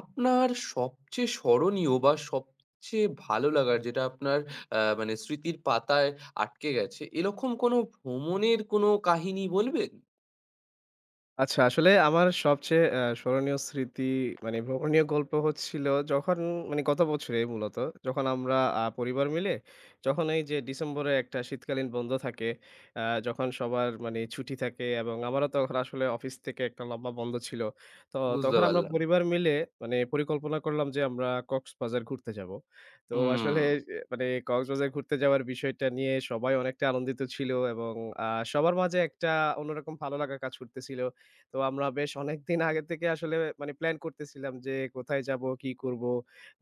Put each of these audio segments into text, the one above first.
আপনার সবচেয়ে স্মরণীয় বা সবচেয়ে ভালো লাগার যেটা আপনার মানে স্মৃতির পাতায় আটকে গেছে, এরকম কোনো ভ্রমণের কোনো কাহিনী বলবেন? আচ্ছা, আসলে আমার সবচেয়ে স্মরণীয় স্মৃতি মানে ভ্রমণীয় গল্প হচ্ছিল যখন মানে গত বছরে মূলত, যখন আমরা পরিবার মিলে, যখন এই যে ডিসেম্বরে একটা শীতকালীন বন্ধ থাকে, যখন সবার মানে ছুটি থাকে এবং আমারও তখন আসলে অফিস থেকে একটা লম্বা বন্ধ ছিল। তো বুঝতে তখন আমরা পারলাম। পরিবার মিলে মানে পরিকল্পনা করলাম যে আমরা কক্সবাজার ঘুরতে যাবো। তো হুম, আসলে এ মানে কক্সবাজার ঘুরতে যাওয়ার বিষয়টা নিয়ে সবাই অনেকটা আনন্দিত ছিল এবং আ সবার মাঝে একটা অন্যরকম ভালো লাগা কাজ করতেছিল। তো আমরা বেশ অনেকদিন আগে থেকে আসলে মানে প্ল্যান করতেছিলাম যে কোথায় যাব, কি করব,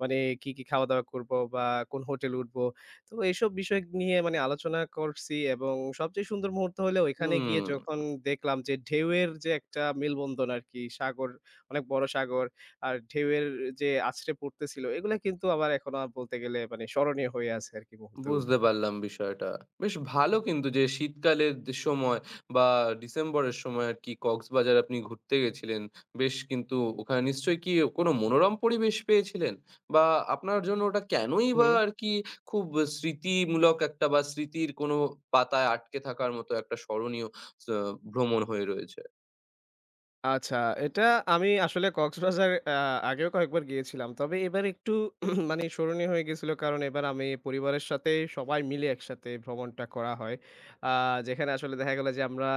মানে কি, কি খাওয়া-দাওয়া করব বা কোন হোটেলে উঠবো। তো এইসব বিষয় নিয়ে মানে আলোচনা করছি এবং সবচেয়ে সুন্দর মুহূর্ত হলো ওইখানে গিয়ে, হুম। যখন দেখলাম যে ঢেউয়ের যে একটা মেলবন্ধন আরকি, সাগর, অনেক বড় সাগর আর ঢেউয়ের যে আছড়ে পড়তেছিল, এগুলা কিন্তু আমার এখনো বলতে গেলে মানে স্মরণীয় হয়ে আছে আরকি মুহূর্তগুলো। বুঝতে পারলাম বিষয়টা। বেশ ভালো কিন্তু যে শীতকালের সময় বা ডিসেম্বরের সময় আরকি কক্সবাজার আপনি ঘুরতে গেছিলেন। বেশ কিন্তু ওখানে নিশ্চয়ই কি কোনো মনোরম পরিবেশ পেয়েছিলেন? বা আপনার জন্য ওটা কেনই বা হুম। আরকি খুব স্মৃতিমূলক একটা বা স্মৃতির কোনো পাতায় আটকে থাকার মতো একটা স্মরণীয় স ভ্রমণ হয়ে রয়েছে? আচ্ছা, এটা আমি আসলে কক্সবাজার আগেও কয়েকবার গিয়েছিলাম। তবে এবার একটু মানে স্মরণীয় হয়ে গেছিল। কারণ এবার আমি পরিবারের সাথে সবাই মিলে একসাথে ভ্রমণটা করা হয়। আ যেখানে আসলে দেখা গেল যে আমরা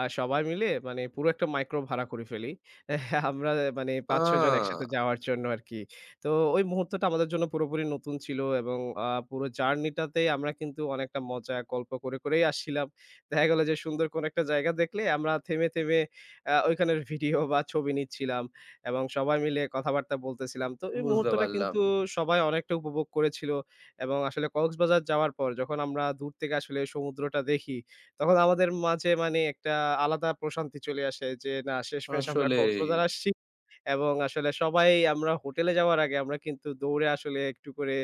সবাই মিলে মানে পুরো একটা মাইক্রো ভাড়া করে ফেলি। আমরা মানে ৫-৬ জন আ একসাথে যাওয়ার জন্য আরকি। তো ওই মুহূর্তটা আমাদের জন্য পুরোপুরি নতুন ছিল এবং পুরো জার্নিটাতেই আমরা কিন্তু অনেকটা মজা গল্প করে, করেই আসছিলাম। দেখা গেল যে সুন্দর কোনো একটা জায়গা দেখলে আমরা থেমে, থেমে ওইখানের ভিডিও বা ছবি নিচ্ছিলাম এবং সবাই মিলে কথাবার্তা বলতেছিলাম। তো এই বুঝতে মুহূর্তটা পারলাম। কিন্তু সবাই অনেকটা উপভোগ করেছিল এবং আসলে কক্সবাজার যাওয়ার পর, যখন আমরা দূর থেকে আসলে সমুদ্রটা দেখি, তখন আমাদের মাঝে মানে একটা আলাদা প্রশান্তি চলে আসে যে, না, শেষমেশ আমরা আসলেই। কক্সবাজার আসছি। এবং আসলে সবাই আমরা হোটেলে যাওয়ার আগে আমরা কিন্তু দৌড়ে আসলে একটু করে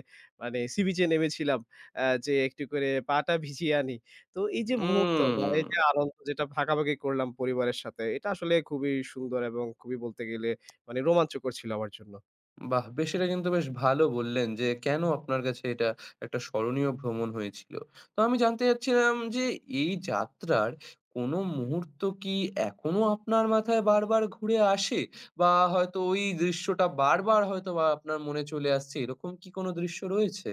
মানে সি বিচে নেমেছিলাম। যে একটু করে পাটা ভিজিয়ে আনি। তো এই যে মুহূর্ত বা উম। এই যে আনন্দ যেটা ভাগাভাগি করলাম পরিবারের সাথে, এটা আসলে খুবই সুন্দর এবং খুবই বলতে গেলে মানে রোমাঞ্চকর ছিল আমার জন্য। বাহ! বেশ এটা কিন্তু বেশ ভালো বললেন যে, কেন আপনার কাছে এটা একটা স্মরণীয় ভ্রমণ হয়েছিল। তো আমি জানতে চাচ্ছিলাম যে, এই যাত্রার কোনো মুহূর্ত কি এখনো আপনার মাথায় বারবার ঘুরে আসে? বা হয়তো ওই দৃশ্যটা বারবার হয়তোবা আপনার মনে চলে আসছে, এরকম কি কোনো দৃশ্য রয়েছে?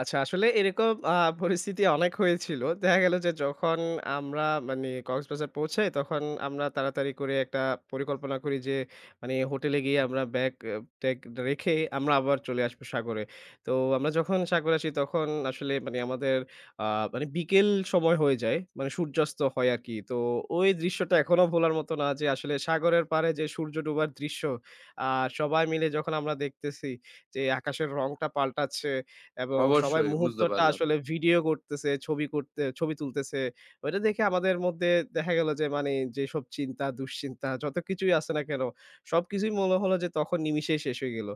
আচ্ছা, আসলে এরকম পরিস্থিতি অনেক হয়েছিল। দেখা গেল যে যখন আমরা মানে কক্সবাজার পৌঁছাই, তখন আমরা তাড়াতাড়ি করে একটা পরিকল্পনা করি যে মানে হোটেলে গিয়ে আমরা ব্যাগ ট্যাগ রেখে আমরা আবার চলে আসবো সাগরে। তো আমরা যখন সাগরে আসি তখন আসলে মানে আমাদের আ মানে বিকেল সময় হয়ে যায়। মানে সূর্যাস্ত হয় আরকি। তো ওই দৃশ্যটা এখনো ভোলার মতো না, যে আসলে সাগরের পাড়ে যে সূর্য ডোবার দৃশ্য, আ সবাই মিলে যখন আমরা দেখতেছি যে আকাশের রংটা পাল্টাচ্ছে এবং সবাই অবশ্যই বুঝতে মুহূর্তটা পারলাম, আসলে ভিডিও করতেছে, ছবি তুলতেছে। ওইটা দেখে আমাদের মধ্যে দেখা গেল যে মানে যেসব চিন্তা, দুশ্চিন্তা যত কিছুই আছে না কেন, সবকিছুই মনে হলো যে তখন নিমিষেই শেষ হয়ে গেল।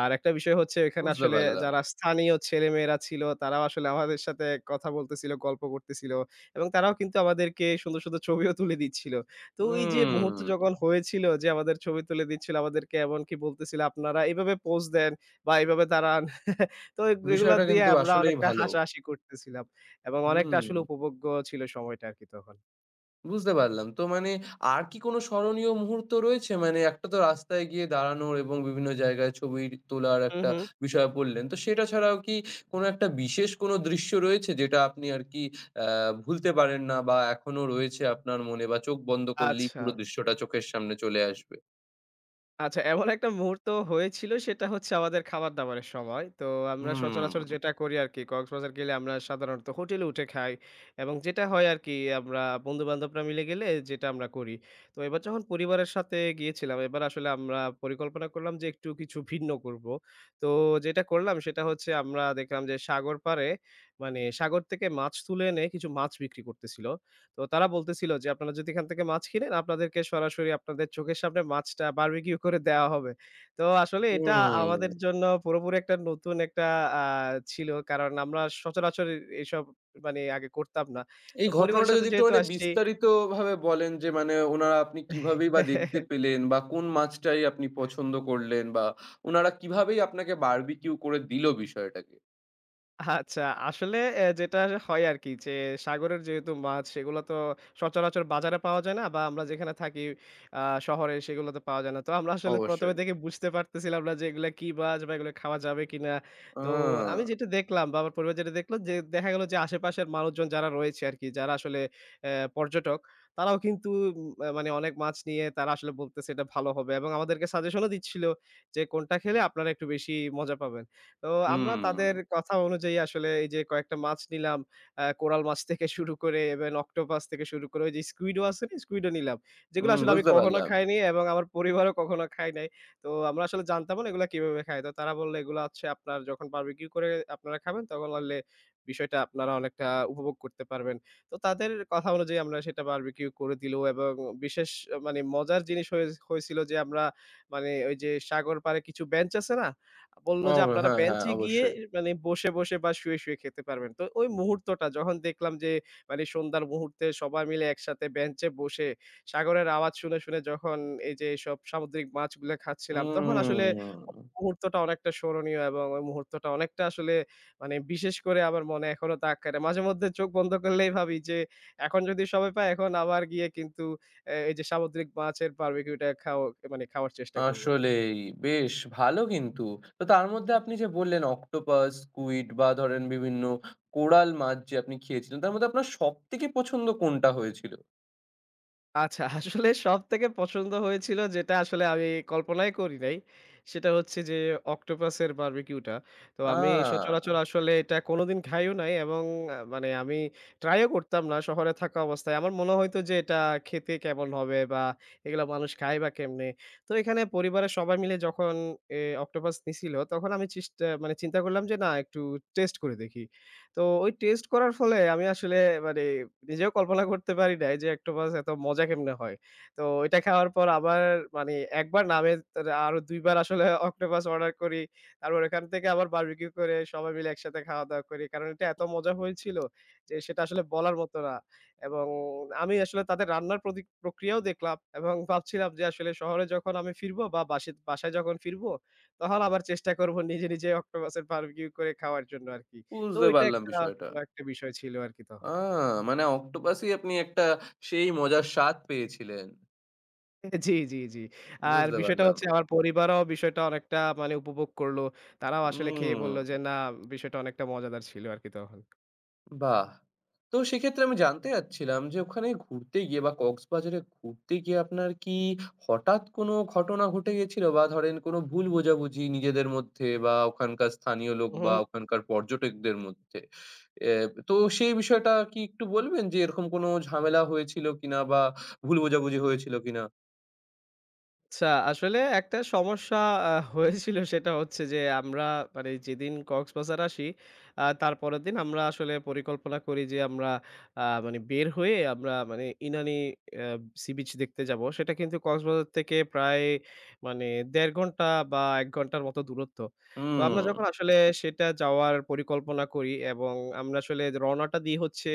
আর একটা বিষয় হচ্ছে এখানে বুঝতে আসলে পারলাম। যারা স্থানীয় ছেলেমেয়েরা ছিল, তারাও আসলে আমাদের সাথে কথা বলতেছিল, গল্প করতেছিল এবং তারাও কিন্তু আমাদেরকে সুন্দর, সুন্দর ছবিও তুলে দিচ্ছিল। তো এই যে হুম, মুহূর্ত যখন হয়েছিল যে আমাদের ছবি তুলে দিচ্ছিল, আমাদেরকে এমনকি বলতেছিল, "আপনারা এভাবে পোজ দেন" বা এভাবে দাঁড়ান। তো এগুলা বিষয়টা দিয়ে কিন্তু আমরা আসলেই অনেকটা ভালো। হাসাহাসি করতেছিলাম এবং অনেকটা হুম। আসলে উপভোগ্য ছিল সময়টা আরকি তখন। বুঝতে পারলাম। তো মানে আর কি কোনো স্মরণীয় মুহূর্ত রয়েছে? মানে একটা তো রাস্তায় গিয়ে দাঁড়ানোর এবং বিভিন্ন জায়গায় ছবি তোলার হু, একটা হু। বিষয় বললেন। তো সেটা ছাড়াও কি কোনো একটা বিশেষ কোনো দৃশ্য রয়েছে যেটা আপনি আর কি আ ভুলতে পারেন না বা এখনো রয়েছে আপনার মনে বা চোখ বন্ধ করলেই আচ্ছা। পুরো দৃশ্যটা চোখের সামনে চলে আসবে? আচ্ছা, এমন একটা মুহূর্ত হয়েছিল, সেটা হচ্ছে আমাদের খাবার-দাবারের সময়। তো আমরা হুম। সচরাচর যেটা করি আরকি কক্সবাজার গেলে আমরা সাধারণত হোটেলে উঠে খাই এবং যেটা হয় আরকি আমরা বন্ধু-বান্ধবরা মিলে গেলে যেটা আমরা করি। তো এবার যখন পরিবারের সাথে গিয়েছিলাম, এবার আসলে আমরা পরিকল্পনা করলাম যে একটু কিছু ভিন্ন করব। তো যেটা করলাম সেটা হচ্ছে, আমরা দেখলাম যে সাগর পাড়ে মানে সাগর থেকে মাছ তুলে এনে কিছু মাছ বিক্রি করতেছিল। তো তারা বলতেছিল যে, "আপনারা যদি এখান থেকে মাছ কিনেন, আপনাদেরকে সরাসরি আপনাদের চোখের সামনে মাছটা বারবিকিউ করে দেওয়া হবে।" তো আসলে এটা আমাদের হুম। জন্য পুরোপুরি একটা নতুন একটা আ ছিল। কারণ আমরা সচরাচর এসব মানে আগে করতাম না। তো এই পরিবারের ঘটনাটা সাথে যদি একটু যেহেতু মানে আসছি। বিস্তারিতভাবে বলেন যে মানে উনারা আপনি কিভাবেই বা দেখতে পেলেন বা কোন মাছটাই আপনি পছন্দ করলেন বা উনারা কিভাবেই আপনাকে বারবিকিউ করে দিল বিষয়টাকে? আচ্ছা, আসলে যেটা হয় আরকি যে সাগরের যেহেতু মাছ, সেগুলো তো সচরাচর বাজারে পাওয়া যায় না বা আমরা যেখানে থাকি আ শহরে সেগুলো তো পাওয়া যায় না। তো আমরা আসলে প্রথম এ অবশ্যই। দেখে বুঝতে পারতেছিলাম না যে এগুলা কি মাছ বা এগুলো খাওয়া যাবে কিনা। তো আমি আ যেটা দেখলাম বা আমার পরিবার যেটা দেখলো যে দেখা গেল যে আশেপাশের মানুষজন যারা রয়েছে আরকি, যারা আসলে পর্যটক, তারাও কিন্তু মানে অনেক মাছ নিয়ে তারা আসলে বলতেছে এটা ভালো হবে এবং আমাদেরকে সাজেশনও দিচ্ছিল যে কোনটা খেলে আপনারা একটু বেশি মজা পাবেন। তো আমরা হুম, তাদের কথা অনুযায়ী আসলে এই যে কয়েকটা মাছ নিলাম। কোরাল মাছ থেকে শুরু করে ইভেন অক্টোপাস থেকে শুরু করে, ওই যে স্কুইডও আছে না? স্কুইডও নিলাম। যেগুলো হুম, আসলে আমি বুঝতে কখনো পারলাম। খাইনি এবং আমার পরিবারও কখনো খায় নাই। তো আমরা আসলে জানতামও না এগুলা কিভাবে খায়। তো তারা বলল, "এগুলা হচ্ছে আপনার যখন বারবিকিউ করে আপনারা খাবেন তখন হলে বিষয়টা আপনারা অনেকটা উপভোগ করতে পারবেন।" তো তাদের কথা অনুযায়ী আমরা সেটা বারবিকিউ করে দিল এবং বিশেষ মানে মজার জিনিস হয়েছিল যে আমরা মানে ওই যে সাগর পাড়ে কিছু বেঞ্চ আছে না? বলল ও যে, "আপনারা হ্যাঁ, হ্যাঁ, বেঞ্চে গিয়ে অবশ্যই। মানে বসে, বসে বা শুয়ে, শুয়ে খেতে পারবেন।" তো ওই মুহূর্তটা যখন দেখলাম যে মানে সন্ধ্যার মুহূর্তে সবাই মিলে একসাথে বেঞ্চে বসে সাগরের আওয়াজ শুনে, শুনে যখন এই যে এসব সামুদ্রিক মাছগুলা খাচ্ছিলাম, তখন আসলে ওই হুম, মুহূর্তটা অনেকটা স্মরণীয় এবং ওই মুহূর্তটা অনেকটা আসলে মানে বিশেষ করে আমার মনে এখনো দাগ কাটে। মাঝেমধ্যে চোখ বন্ধ করলেই ভাবি যে, "এখন যদি সময় পাই, এখন আবার গিয়ে কিন্তু এই যে সামুদ্রিক মাছের বারবিকিউটা মানে খাওয়ার চেষ্টা করব।" আসলেই বেশ ভালো কিন্তু। তো তার মধ্যে আপনি যে বললেন অক্টোপাস, স্কুইড বা ধরেন বিভিন্ন কোরাল মাছ যে আপনি খেয়েছিলেন, তার মধ্যে আপনার সবথেকে পছন্দ কোনটা হয়েছিল? আচ্ছা, আসলে সবথেকে পছন্দ হয়েছিল যেটা আসলে আমি কল্পনাই করি নাই, সেটা হচ্ছে যে অক্টোপাসের বারবিকিউটা। তো আ আমি সচরাচর আসলে এটা কোনোদিন খাইও নাই এবং মানে আমি ট্রাইও করতাম না শহরে থাকা অবস্থায়। আমার মনে হইতো যে এটা খেতে কেমন হবে বা এগুলা মানুষ খায় বা কেমনে? তো এখানে পরিবারের সবাই মিলে যখন অক্টোপাস নিছিল তখন আমি চেষ্টা মানে চিন্তা করলাম যে না, একটু টেস্ট করে দেখি। তো ওই টেস্ট করার ফলে আমি আসলে মানে নিজেও কল্পনা করতে পারি নাই যে অক্টোপাস এত মজা কেমনে হয়। তো এটা খাওয়ার পর আবার মানে একবার না, আমি তার আরো ২ বার আসলে অক্টোপাস অর্ডার করি। তারপর ওখান থেকে আবার বারবিকিউ করে সবাই মিলে একসাথে খাওয়া-দাওয়া করি। কারণ এটা এত মজা হয়েছিল যে সেটা আসলে বলার মতো না। এবং আমি আসলে তাদের রান্নার প্রতি প্রক্রিয়াও দেখলাম এবং ভাবছিলাম যে আসলে শহরে যখন আমি ফিরবো বা বাসে বাসায় যখন ফিরবো তখন আবার চেষ্টা করব নিজে, নিজে অক্টোপাসের বারবিকিউ করে খাওয়ার জন্য আরকি। তো বুঝতে ওইটা পারলাম একটা বিষয়টা। ভালো একটা বিষয় ছিল আরকি তখন। আ মানে অক্টোপাসই আপনি একটা সেই মজার স্বাদ পেয়েছিলেন। জি, জি, জি। আর বুঝতে বিষয়টা পারলাম। হচ্ছে আমার পরিবারও বিষয়টা অনেকটা মানে উপভোগ করল। তারাও আসলে খেয়ে বলল হুম, যে, "না, বিষয়টা অনেকটা মজাদার ছিল আরকি তখন।" বাহ! তো সেক্ষেত্রে আমি জানতে চাচ্ছিলাম যে ওখানে ঘুরতে গিয়ে বা কক্সবাজারে ঘুরতে গিয়ে আপনার কি হঠাৎ কোনো ঘটনা ঘটে গেছিল? বা ধরেন কোনো ভুল বোঝাবুঝি নিজেদের মধ্যে বা ওখানকার স্থানীয় লোক বা ওখানকার পর্যটকদের মধ্যে। এ তো সেই বিষয়টা কি একটু বলবেন যে এরকম কোনো ঝামেলা হয়েছিল কিনা বা ভুল বোঝাবুঝি হয়েছিল কিনা? আচ্ছা, আসলে একটা সমস্যা হয়েছিল, সেটা হচ্ছে যে আমরা মানে যেদিন কক্সবাজার আসি, তারপরের দিন আমরা আসলে পরিকল্পনা করি যে আমরা মানে বের হয়ে আমরা মানে ইনানি আ সি বিচ দেখতে যাব। সেটা কিন্তু কক্সবাজার থেকে প্রায় মানে ১.৫ ঘন্টা বা ১ ঘন্টার মতো দূরত্ব। তো হুম। আমরা যখন আসলে সেটা যাওয়ার পরিকল্পনা করি এবং আমরা আসলে রওনাটা দিই হচ্ছে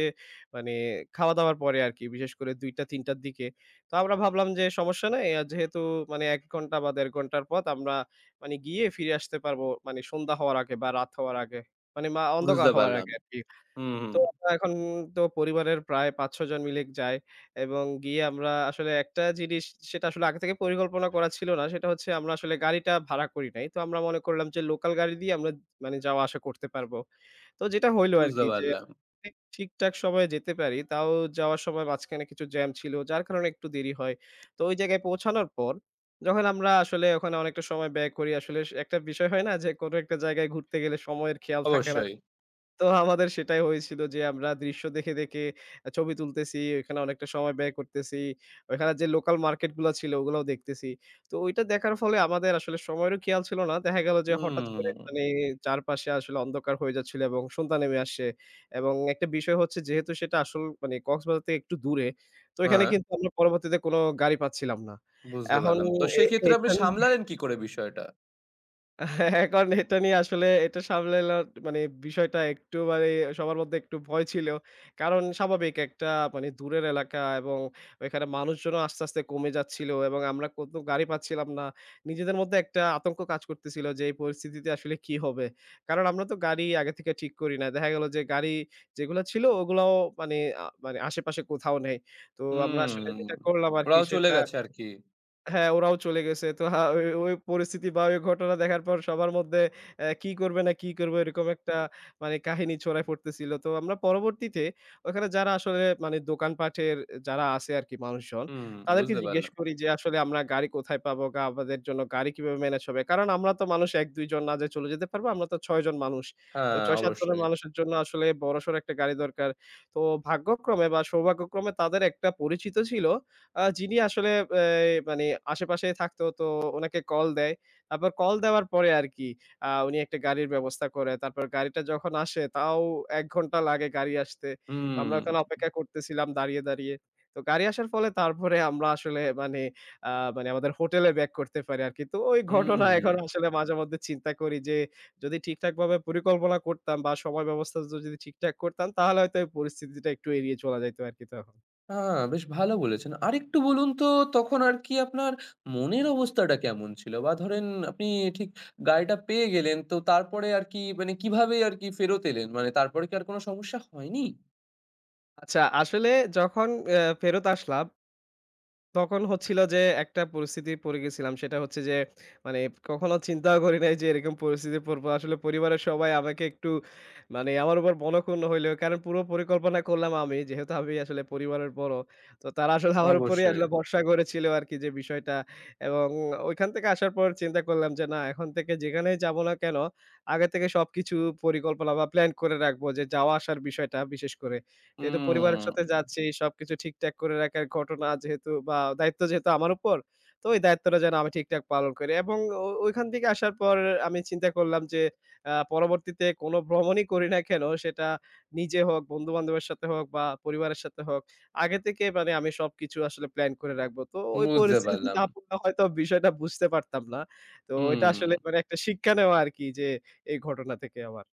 মানে খাওয়া-দাওয়ার পরে আরকি। বিশেষ করে ২টা ৩টার দিকে। তো আমরা ভাবলাম যে সমস্যা নাই। যেহেতু মানে ১ ঘন্টা বা ১.৫ ঘন্টার পথ, আমরা মানে গিয়ে ফিরে আসতে পারবো মানে সন্ধ্যা হওয়ার আগে বা রাত হওয়ার আগে। মানে অন্ধকার বুঝতে হওয়ার পারলাম। আগে আরকি। হুম, হুম। তো আমরা এখন তো পরিবারের প্রায় ৫-৬ জন মিলে যাই এবং গিয়ে আমরা আসলে একটা জিনিস, সেটা আসলে আগে থেকে পরিকল্পনা করা ছিল না। সেটা হচ্ছে আমরা আসলে গাড়িটা ভাড়া করি নাই। তো আমরা মনে করলাম যে লোকাল গাড়ি দিয়ে আমরা মানে যাওয়া আসা করতে পারবো। তো যেটা হইলো বুঝতে আরকি যে পারলাম। ঠিকঠাক সময়ে যেতে পারি। তাও যাওয়ার সময় মাঝখানে কিছু জ্যাম ছিল। যার কারণে একটু দেরি হয়। তো ওই জায়গায় পৌঁছানোর পর যখন আমরা আসলে ওখানে অনেকটা সময় ব্যয় করি, আসলে একটা বিষয় হয় না যে কোনো একটা জায়গায় ঘুরতে গেলে সময়ের খেয়াল থাকে না। অবশ্যই। তো আমাদের সেটাই হয়েছিল যে আমরা দৃশ্য দেখে, দেখে ছবি তুলতেছি, ওইখানে অনেকটা সময় ব্যয় করতেছি। ওইখানে যে লোকাল মার্কেট গুলা ছিল ওগুলাও দেখতেছি। তো ওইটা দেখার ফলে আমাদের আসলে সময়েরও খেয়াল ছিল না। দেখা গেল যে হঠাৎ করে হুম, মানে চারপাশে আসলে অন্ধকার হয়ে যাচ্ছিল এবং সন্ধ্যা নেমে আসছে। এবং একটা বিষয় হচ্ছে যেহেতু সেটা আসল মানে কক্সবাজার থেকে একটু দূরে, তো এখানে হ্যাঁ, কিন্তু আমরা পরবর্তীতে কোনো গাড়ি পাচ্ছিলাম না। বুঝতে এখন পারলাম। তো এ সেক্ষেত্রে আপনি এখান সামলালেন কি করে বিষয়টা? এখন এটা নিয়ে আসলে এটা সামলানোর মানে বিষয়টা একটু মানে সবার মধ্যে একটু ভয় ছিল। কারণ স্বাভাবিক একটা মানে দূরের এলাকা এবং ওইখানে মানুষজনও আস্তে, আস্তে কমে যাচ্ছিল এবং আমরা কত গাড়ি পাচ্ছিলাম না। নিজেদের মধ্যে একটা আতঙ্ক কাজ করতেছিল যে এই পরিস্থিতিতে আসলে কি হবে? কারণ আমরা তো গাড়ি আগে থেকে ঠিক করি না। দেখা গেল যে গাড়ি যেগুলো ছিল ওগুলাও মানে মানে আশেপাশে কোথাও নেই। তো আমরা আসলে হুম, যেটা করলাম আরকি ওরাও চলে সেটা। গেছে আরকি। হ্যাঁ, ওরাও চলে গেছে। তো ওই পরিস্থিতি বা ওই ঘটনা দেখার পর সবার মধ্যে কি করবে না কি করবে এরকম একটা মানে কাহিনী ছড়ায় পড়তেছিল। তো আমরা পরবর্তীতে ওখানে যারা আসলে মানে দোকানপাটের যারা আছে আরকি মানুষজন, হুম, তাদেরকে বুঝতে জিজ্ঞেস পারলাম। করি যে আসলে আমরা গাড়ি কোথায় পাবো? আমাদের জন্য গাড়ি কিভাবে ম্যানেজ হবে? কারণ আমরা তো মানুষ ১-২ জন না যে চলে যেতে পারবো। আমরা তো ৬ জন মানুষ। তো হ্যাঁ, ৬-৭ জনের অবশ্যই। মানুষের জন্য আসলে বড়সড় একটা গাড়ি দরকার। তো ভাগ্যক্রমে বা সৌভাগ্যক্রমে তাদের একটা পরিচিত ছিল, যিনি আসলে এই মানে আশেপাশেই থাকতো। তো উনাকে কল দেয়। তারপর কল দেওয়ার পরে আরকি উনি একটা গাড়ির ব্যবস্থা করে। তারপর গাড়িটা যখন আসে, তাও ১ ঘন্টা লাগে গাড়ি আসতে। তো হুম, আমরা ওখানে অপেক্ষা করতেছিলাম, দাঁড়িয়ে, দাঁড়িয়ে। তো গাড়ি আসার ফলে তারপরে আমরা আসলে মানে মানে আমাদের হোটেলে ব্যাক করতে পারি আরকি। তো ওই ঘটনা হুম। এখন আসলে মাঝেমধ্যে চিন্তা করি যে, যদি ঠিকঠাকভাবে পরিকল্পনা করতাম বা সময় ব্যবস্থা যদি ঠিকঠাক করতাম, তাহলে হয়তো এই পরিস্থিতিটা একটু এড়িয়ে চলা যাইত আরকি তখন। হ্যাঁ, বেশ ভালো বলেছেন। আরেকটু বলুন তো তখন আরকি আপনার মনের অবস্থাটা কেমন ছিল? বা ধরেন আপনি ঠিক গাড়িটা পেয়ে গেলেন তো তারপরে আরকি মানে কিভাবে আরকি ফেরত এলেন? মানে তারপরে কি আর কোনো সমস্যা হয়নি? আচ্ছা, আসলে যখন ফেরত আসলাম, তখন হচ্ছিল যে একটা পরিস্থিতি পড়ে গেছিলাম। সেটা হচ্ছে যে, মানে কখনো চিন্তাও করি নাই যে এরকম পরিস্থিতি পড়বো। আসলে পরিবারের সবাই আমাকে একটু মানে আমার উপর মনঃক্ষুণ্ণ হইলো। কারণ পুরো পরিকল্পনা করলাম আমি। যেহেতু আমি আসলে পরিবারের বড়। তো তারা আসলে আমার উপরেই অবশ্যই। আসলে ভরসা করেছিল আরকি যে বিষয়টা। এবং ওইখান থেকে আসার পর চিন্তা করলাম যে, না, এখন থেকে যেখানেই যাবো না কেন, আগে থেকে সবকিছু পরিকল্পনা বা প্ল্যান করে রাখবো, যে যাওয়া আসার বিষয়টা বিশেষ করে। যেহেতু পরিবারের হুম, সাথে যাচ্ছি, সবকিছু ঠিকঠাক করে রাখার ঘটনা যেহেতু বা দায়িত্ব যেহেতু আমার উপর, তো ওই দায়িত্বটা যেন আমি ঠিকঠাক পালন করি। এবং ওইখান থেকে আসার পর আমি চিন্তা করলাম যে, পরবর্তীতে কোনো ভ্রমণই করি না কেন, সেটা নিজে হোক, বন্ধু-বান্ধবের সাথে হোক বা পরিবারের সাথে হোক, আগে থেকে মানে আমি সবকিছু আসলে প্ল্যান করে রাখবো। তো ওই বুঝতে পরিস্থিতিতে পারলাম। না পড়লে হয়তো বিষয়টা বুঝতে পারতাম না। তো এটা হুম। আসলে মানে একটা শিক্ষা নেওয়া আরকি, যে এই ঘটনা থেকে আমার।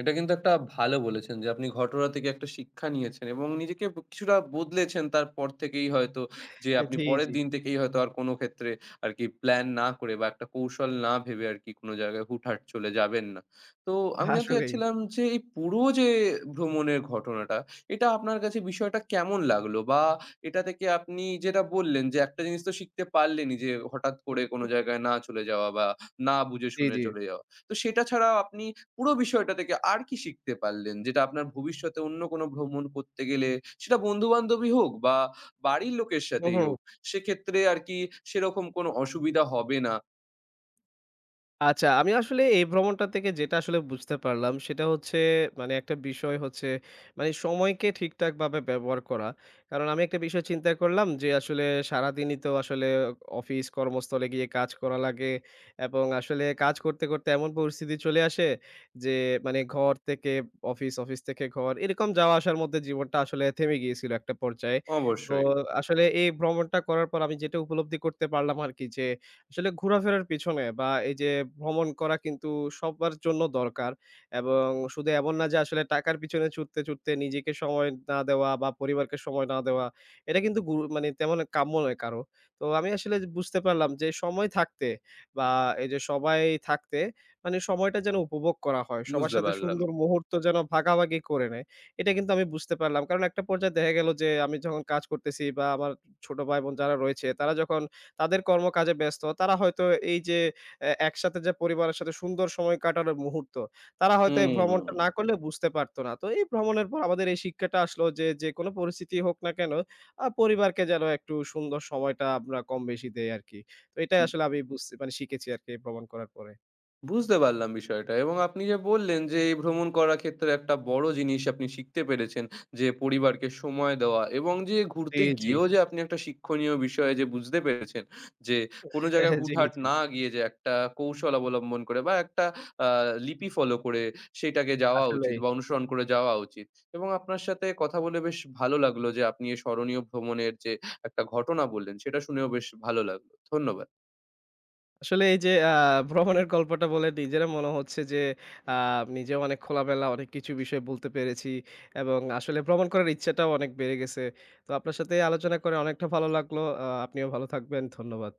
এটা কিন্তু একটা ভালো বলেছেন যে আপনি ঘটনা থেকে একটা শিক্ষা নিয়েছেন এবং নিজেকে কিছুটা বদলেছেন তারপর থেকেই হয়তো যে আপনি জি, পরের জি। দিন থেকেই হয়তো আর কোনো ক্ষেত্রে আরকি প্ল্যান না করে বা একটা কৌশল না ভেবে আরকি কোনো জায়গায় হুটহাট চলে যাবেন না। তো আমি জানতে আসলেই। চাচ্ছিলাম যে এই পুরো যে ভ্রমণের ঘটনাটা, এটা আপনার কাছে বিষয়টা কেমন লাগলো? বা এটা থেকে আপনি যেটা বললেন যে একটা জিনিস তো শিখতে পারলেনই যে হঠাৎ করে কোনো হুম, জায়গায় না চলে যাওয়া বা না বুঝে জি, শুনে জি। চলে যাওয়া। তো সেটা ছাড়া আপনি পুরো বিষয়টা থেকে আর কি শিখতে পারলেন? যেটা আপনার ভবিষ্যতে অন্য কোনো ভ্রমণ করতে গেলে সেটা বন্ধু-বান্ধবী হোক বা বাড়ির লোকের হু, সাথেই হু। হোক, সেক্ষেত্রে আর কি সেরকম কোনো অসুবিধা হবে না। আচ্ছা, আমি আসলে এই ভ্রমণটা থেকে যেটা আসলে বুঝতে পারলাম, সেটা হচ্ছে, মানে একটা বিষয় হচ্ছে মানে সময়কে ঠিকঠাকভাবে ব্যবহার করা। কারণ আমি একটা বিষয় চিন্তা করলাম যে, আসলে সারাদিনই তো আসলে অফিস কর্মস্থলে গিয়ে কাজ করা লাগে এবং আসলে কাজ করতে, করতে এমন পরিস্থিতি চলে আসে যে, মানে ঘর থেকে অফিস, অফিস থেকে ঘর, এরকম যাওয়া আসার মধ্যে জীবনটা আসলে থেমে গিয়েছিল একটা পর্যায়ে। তো অবশ্যই, আসলে এই ভ্রমণটা করার পর আমি যেটা উপলব্ধি করতে পারলাম আরকি, যে আসলে ঘোরাফেরার পিছনে বা এই যে ভ্রমণ করা, কিন্তু সবার জন্য দরকার। এবং শুধু এমন না যে আসলে টাকার পিছনে ছুটতে, ছুটতে নিজেকে সময় না দেওয়া বা পরিবারকে সময় না দেওয়া, এটা কিন্তু মানে তেমন কাম্য নয় কারো। তো আমি আসলে বুঝতে পারলাম যে, সময় থাকতে বা এই যে সবাই থাকতে মানে সময়টা যেন উপভোগ করা হয়। সবার বুঝতে সাথে পারলাম। সুন্দর মুহূর্ত যেন ভাগাভাগি করে নেয়। এটা কিন্তু আমি বুঝতে পারলাম। কারণ একটা পর্যায়ে দেখা গেল যে, আমি যখন কাজ করতেছি বা আমার ছোট ভাই-বোন যারা রয়েছে, তারা যখন তাদের কর্মকাজে ব্যস্ত। তারা হয়তো এই যে একসাথে যে পরিবারের সাথে সুন্দর সময় কাটানোর মুহূর্ত, তারা হয়তো এই ভ্রমণটা হুম। না করলে বুঝতে পারত না। তো এই ভ্রমণের পর আমাদের এই শিক্ষাটা আসলো যে, যেকোনো পরিস্থিতি হোক না কেন, পরিবারকে যেন একটু সুন্দর সময়টা আমরা কম বেশি দেই আরকি। তো এটাই আসলে আমি বুঝছি মানে শিখেছি আরকি ভ্রমণ করার পরে। বুঝতে পারলাম বিষয়টা এবং আপনি যে বললেন যে এই ভ্রমণ করার ক্ষেত্রে একটা বড় জিনিস আপনি শিখতে পেরেছেন যে পরিবারকে সময় দেওয়া এবং যে জি, ঘুরতে জি। গিয়েও যে আপনি একটা শিক্ষণীয় বিষয়ে যে বুঝতে পেরেছেন যে কোনো জায়গায় জি, হুটহাট জি। না গিয়ে যে একটা কৌশল অবলম্বন করে বা একটা লিপি ফলো করে সেটাকে যাওয়া উচিত আসলেই। বা অনুসরণ করে যাওয়া উচিত এবং আপনার সাথে কথা বলে বেশ ভালো লাগলো যে আপনি এই স্মরণীয় ভ্রমণের যে একটা ঘটনা বললেন সেটা শুনেও বেশ ভালো লাগলো। ধন্যবাদ। আসলে এই যে ভ্রমণের গল্পটা বলে নিজেরও মনে হচ্ছে যে, আ নিজেও অনেক খোলামেলা অনেক কিছু বিষয় বলতে পেরেছি এবং আসলে ভ্রমণ করার ইচ্ছাটাও অনেক বেড়ে গেছে। তো আপনার সাথে আলোচনা করে অনেকটা ভালো লাগলো। আপনিও ভালো থাকবেন। ধন্যবাদ।